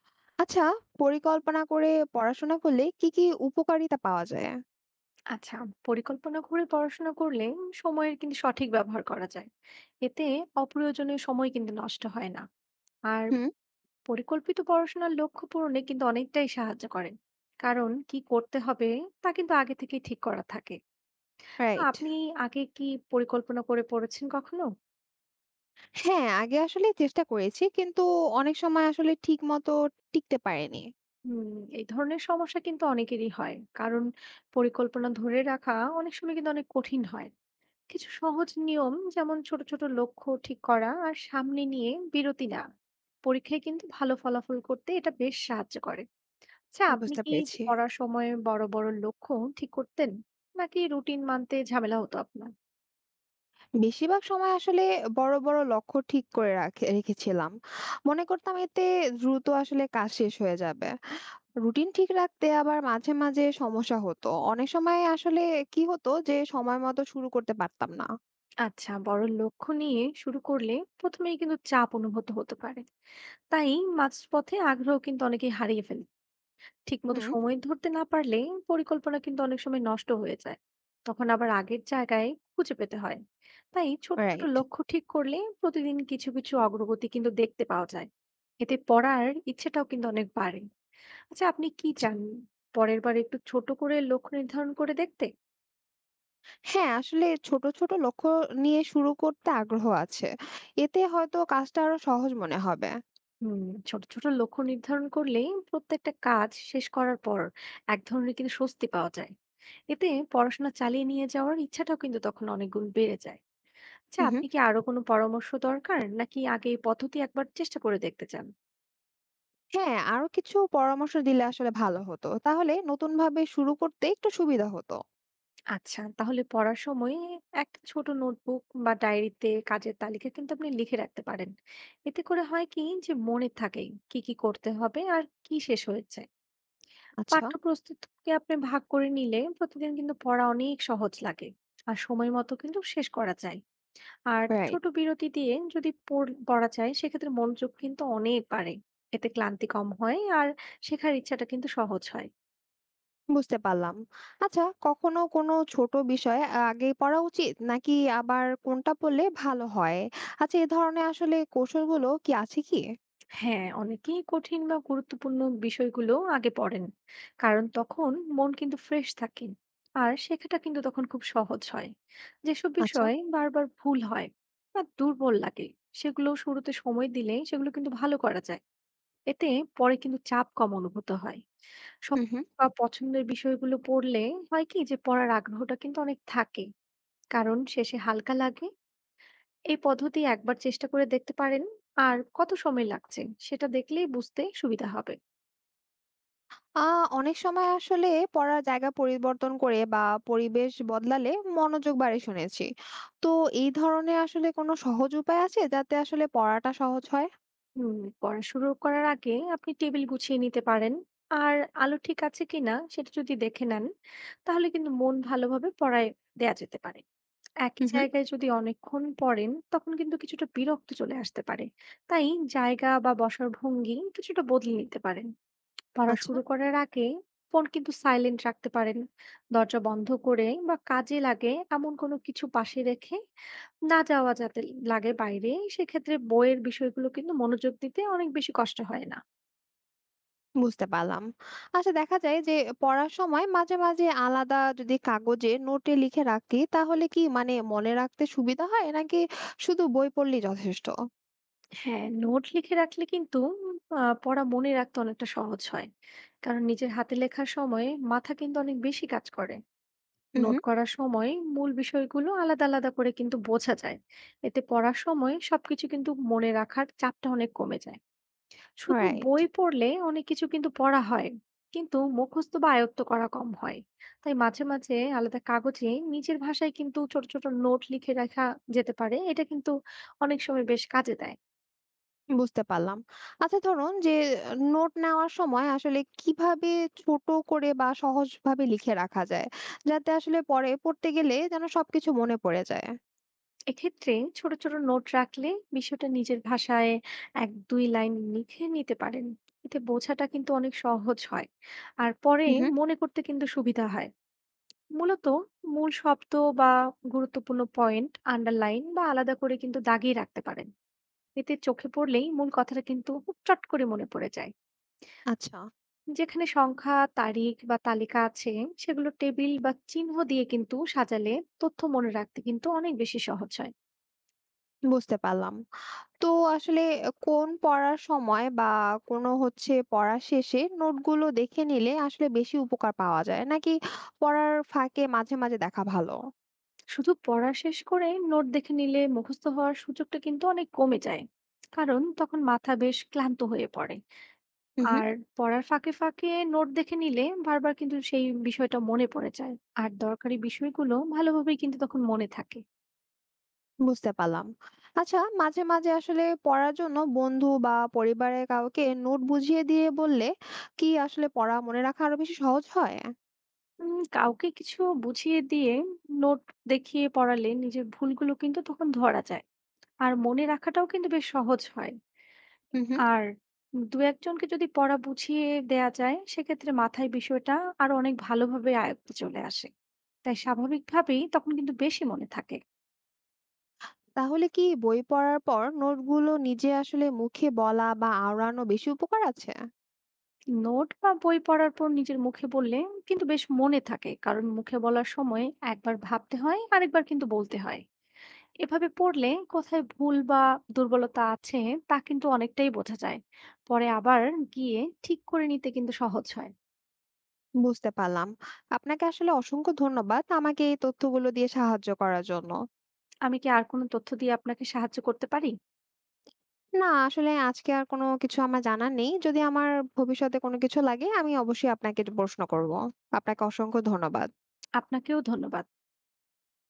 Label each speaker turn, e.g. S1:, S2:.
S1: আচ্ছা, পরিকল্পনা করে পড়াশোনা করলে কি, কি উপকারিতা পাওয়া যায়?
S2: আচ্ছা, পরিকল্পনা করে পড়াশোনা করলে সময়ের কিন্তু সঠিক ব্যবহার করা যায়। এতে অপ্রয়োজনীয় সময় কিন্তু নষ্ট হয় না। আর
S1: হুম।
S2: পরিকল্পিত পড়াশোনার লক্ষ্য পূরণে কিন্তু অনেকটাই সাহায্য করেন। কারণ কি করতে হবে তা কিন্তু আগে থেকেই ঠিক করা থাকে।
S1: রাইট।
S2: আপনি আগে কি পরিকল্পনা করে পড়েছেন কখনো?
S1: হ্যাঁ, আগে আসলে চেষ্টা করেছি। কিন্তু অনেক সময় আসলে ঠিকমতো টিকতে পারিনি।
S2: হুম। এই ধরনের সমস্যা কিন্তু অনেকেরই হয়। কারণ পরিকল্পনা ধরে রাখা অনেক সময় কিন্তু অনেক কঠিন হয়। কিছু সহজ নিয়ম যেমন ছোট ছোট লক্ষ্য ঠিক করা আর সামনে নিয়ে বিরতি না, পরীক্ষায় কিন্তু ভালো ফলাফল করতে এটা বেশ সাহায্য করে। আচ্ছা, আপনি
S1: বুঝতে
S2: কি
S1: পেরেছি।
S2: পড়ার সময় বড় বড় লক্ষ্য ঠিক করতেন, নাকি রুটিন মানতে ঝামেলা হতো আপনার?
S1: বেশিরভাগ সময় আসলে বড়, বড় লক্ষ্য ঠিক করে রেখেছিলাম। মনে করতাম এতে দ্রুত আসলে কাজ শেষ হয়ে যাবে। রুটিন ঠিক রাখতে আবার মাঝে, মাঝে সমস্যা হতো। অনেক সময় আসলে কি হতো যে সময় মতো শুরু করতে পারতাম না।
S2: আচ্ছা, বড় লক্ষ্য নিয়ে শুরু করলে প্রথমেই কিন্তু চাপ অনুভূত হতে পারে। তাই মাঝপথে আগ্রহ কিন্তু অনেকেই হারিয়ে ফেলে। ঠিকমতো
S1: হুম।
S2: সময় ধরতে না পারলে পরিকল্পনা কিন্তু অনেক সময় নষ্ট হয়ে যায়। তখন আবার আগের জায়গায় খুঁজে পেতে হয়। তাই ছোট ছোট
S1: রাইট।
S2: লক্ষ্য ঠিক করলে প্রতিদিন কিছু কিছু অগ্রগতি কিন্তু দেখতে পাওয়া যায়। এতে পড়ার ইচ্ছেটাও কিন্তু অনেক বাড়ে। আচ্ছা, আপনি কি চান পরের বার একটু ছোট করে লক্ষ্য নির্ধারণ করে দেখতে?
S1: হ্যাঁ, আসলে ছোট, ছোট লক্ষ্য নিয়ে শুরু করতে আগ্রহ আছে। এতে হয়তো কাজটা আরো সহজ মনে হবে।
S2: হুম। ছোট ছোট লক্ষ্য নির্ধারণ করলে প্রত্যেকটা কাজ শেষ করার পর এক ধরনের কিন্তু স্বস্তি পাওয়া যায়। এতে পড়াশোনা চালিয়ে নিয়ে যাওয়ার ইচ্ছাটাও কিন্তু তখন অনেক গুণ বেড়ে যায়। আচ্ছা,
S1: হুম, হুম।
S2: আপনি কি আরো কোনো পরামর্শ দরকার? নাকি আগে এই পদ্ধতি একবার চেষ্টা করে দেখতে চান?
S1: হ্যাঁ, আরো কিছু পরামর্শ দিলে আসলে ভালো হতো। তাহলে নতুনভাবে শুরু করতে একটু সুবিধা হতো।
S2: আচ্ছা, তাহলে পড়ার সময়ে একটা ছোট নোটবুক বা ডায়েরিতে কাজের তালিকা কিন্তু আপনি লিখে রাখতে পারেন। এতে করে হয় কি যে মনে থাকে কি, কি করতে হবে আর কি শেষ হয়েছে।
S1: আচ্ছা,
S2: পাঠ্য প্রস্তুতকে আপনি ভাগ করে নিলে প্রতিদিন কিন্তু পড়া অনেক সহজ লাগে। আর সময় মতো কিন্তু শেষ করা যায়। আর
S1: রাইট।
S2: ছোট বিরতি দিয়ে যদি পড়া যায়, সেক্ষেত্রে মনোযোগ কিন্তু অনেক বাড়ে। এতে ক্লান্তি কম হয়, আর শেখার ইচ্ছাটা কিন্তু সহজ হয়।
S1: বুঝতে পারলাম। আচ্ছা, কখনো কোনো ছোট বিষয় আগে পড়া উচিত নাকি আবার কোনটা পড়লে ভালো হয়? আচ্ছা, এ ধরনের আসলে কৌশলগুলো কি আছে কি?
S2: হ্যাঁ, অনেকেই কঠিন বা গুরুত্বপূর্ণ বিষয়গুলো আগে পড়েন। কারণ তখন মন কিন্তু ফ্রেশ থাকে, আর শেখাটা কিন্তু তখন খুব সহজ হয়। যেসব
S1: আচ্ছা,
S2: বিষয়ে বারবার ভুল হয় বা দুর্বল লাগে, সেগুলো শুরুতে সময় দিলে সেগুলো কিন্তু ভালো করা যায়। এতে পরে কিন্তু চাপ কম অনুভূত হয়।
S1: হুম,
S2: সহজ
S1: হুম।
S2: বা পছন্দের বিষয়গুলো পড়লে হয় কি যে পড়ার আগ্রহটা কিন্তু অনেক থাকে। কারণ শেষে হালকা লাগে। এই পদ্ধতি একবার চেষ্টা করে দেখতে পারেন। আর কত সময় লাগছে সেটা দেখলেই বুঝতে সুবিধা হবে।
S1: আ অনেক সময় আসলে পড়ার জায়গা পরিবর্তন করে বা পরিবেশ বদলালে মনোযোগ বাড়ে শুনেছি। তো এই ধরনের আসলে কোনো সহজ উপায় আছে যাতে আসলে পড়াটা সহজ হয়?
S2: হুম। পড়া শুরু করার আগে আপনি টেবিল গুছিয়ে নিতে পারেন। আর আলো ঠিক আছে কিনা সেটা যদি দেখে নেন, তাহলে কিন্তু মন ভালোভাবে পড়ায় দেয়া যেতে পারে। একই
S1: হুম হুম।
S2: জায়গায় যদি অনেকক্ষণ পড়েন তখন কিন্তু কিছুটা বিরক্ত চলে আসতে পারে। তাই জায়গা বা বসার ভঙ্গি কিছুটা বদলে নিতে পারেন। পড়া
S1: আচ্ছা।
S2: শুরু করার আগে ফোন কিন্তু সাইলেন্ট রাখতে পারেন। দরজা বন্ধ করে বা কাজে লাগে এমন কোনো কিছু পাশে রেখে না যাওয়া, যাতে লাগে বাইরে সেক্ষেত্রে বইয়ের বিষয়গুলো কিন্তু মনোযোগ দিতে অনেক বেশি কষ্ট হয় না।
S1: বুঝতে পারলাম। আচ্ছা দেখা যায় যে পড়ার সময় মাঝে মাঝে আলাদা যদি কাগজে নোটে লিখে রাখি তাহলে কি মানে মনে রাখতে সুবিধা হয় নাকি শুধু বই পড়লেই যথেষ্ট?
S2: হ্যাঁ, নোট লিখে রাখলে কিন্তু পড়া মনে রাখতে অনেকটা সহজ হয়। কারণ নিজের হাতে লেখার সময় মাথা কিন্তু অনেক বেশি কাজ করে।
S1: হুম
S2: নোট
S1: হুম।
S2: করার সময় মূল বিষয়গুলো আলাদা আলাদা করে কিন্তু বোঝা যায়। এতে পড়ার সময় সবকিছু কিন্তু মনে রাখার চাপটা অনেক কমে যায়। শুধু
S1: রাইট।
S2: বই পড়লে অনেক কিছু কিন্তু পড়া হয়, কিন্তু মুখস্থ বা আয়ত্ত করা কম হয়। তাই মাঝে মাঝে আলাদা কাগজে নিজের ভাষায় কিন্তু ছোট ছোট নোট লিখে রাখা যেতে পারে। এটা কিন্তু অনেক সময় বেশ কাজে দেয়।
S1: বুঝতে পারলাম। আচ্ছা ধরুন যে নোট নেওয়ার সময় আসলে কিভাবে ছোট করে বা সহজভাবে লিখে রাখা যায়? যাতে আসলে পরে পড়তে গেলে যেন সবকিছু মনে পড়ে যায়।
S2: এক্ষেত্রে ছোট ছোট নোট রাখলে বিষয়টা নিজের ভাষায় এক দুই লাইন লিখে নিতে পারেন। এতে বোঝাটা কিন্তু অনেক সহজ হয়। আর পরে
S1: হুম, হুম।
S2: মনে করতে কিন্তু সুবিধা হয়। মূলত মূল শব্দ বা গুরুত্বপূর্ণ পয়েন্ট আন্ডারলাইন বা আলাদা করে কিন্তু দাগিয়ে রাখতে পারেন। এতে চোখে পড়লেই মূল কথাটা কিন্তু খুব চট করে মনে পড়ে যায়।
S1: আচ্ছা,
S2: যেখানে সংখ্যা তারিখ বা তালিকা আছে, সেগুলো টেবিল বা চিহ্ন দিয়ে কিন্তু সাজালে তথ্য মনে রাখতে কিন্তু অনেক বেশি সহজ হয়।
S1: বুঝতে পারলাম। তো আসলে কোন পড়ার সময় বা কোনো হচ্ছে পড়া শেষে নোটগুলো দেখে নিলে আসলে বেশি উপকার পাওয়া যায়? নাকি পড়ার ফাঁকে মাঝে, মাঝে দেখা ভালো?
S2: শুধু পড়া শেষ করে নোট দেখে নিলে মুখস্থ হওয়ার সুযোগটা কিন্তু অনেক কমে যায়। কারণ তখন মাথা বেশ ক্লান্ত হয়ে পড়ে। আর পড়ার ফাঁকে ফাঁকে নোট দেখে নিলে বারবার কিন্তু সেই বিষয়টা মনে পড়ে যায়। আর দরকারি বিষয়গুলো ভালোভাবেই কিন্তু তখন মনে থাকে।
S1: বুঝতে পারলাম। আচ্ছা মাঝে, মাঝে আসলে পড়ার জন্য বন্ধু বা পরিবারের কাউকে নোট বুঝিয়ে দিয়ে বললে কি আসলে পড়া মনে রাখা আরো বেশি সহজ হয়?
S2: কাউকে কিছু বুঝিয়ে দিয়ে নোট দেখিয়ে পড়ালে নিজের ভুলগুলো কিন্তু তখন ধরা যায়। আর মনে রাখাটাও কিন্তু বেশ সহজ হয়।
S1: হুম হুম।
S2: আর ২-১ জনকে যদি পড়া বুঝিয়ে দেয়া যায়, সেক্ষেত্রে মাথায় বিষয়টা আরো অনেক ভালোভাবে আয়ত্তে চলে আসে। তাই স্বাভাবিকভাবেই তখন কিন্তু বেশি মনে থাকে।
S1: তাহলে কি বই পড়ার পর নোটগুলো নিজে আসলে মুখে বলা বা আওড়ানো বেশি উপকার আছে?
S2: নোট বা বই পড়ার পর নিজের মুখে বললে কিন্তু বেশ মনে থাকে। কারণ মুখে বলার সময় একবার ভাবতে হয়, আরেকবার কিন্তু বলতে হয়। এভাবে পড়লে কোথায় ভুল বা দুর্বলতা আছে তা কিন্তু অনেকটাই বোঝা যায়। পরে আবার গিয়ে ঠিক করে নিতে কিন্তু সহজ হয়।
S1: বুঝতে পারলাম। আপনাকে আসলে অসংখ্য ধন্যবাদ আমাকে এই তথ্যগুলো দিয়ে সাহায্য করার জন্য।
S2: আমি কি আর কোনো তথ্য দিয়ে আপনাকে সাহায্য করতে পারি?
S1: না আসলে আজকে আর কোনো কিছু আমার জানা নেই। যদি আমার ভবিষ্যতে কোনো কিছু লাগে আমি অবশ্যই আপনাকে প্রশ্ন করব। আপনাকে অসংখ্য ধন্যবাদ।
S2: আপনাকেও ধন্যবাদ।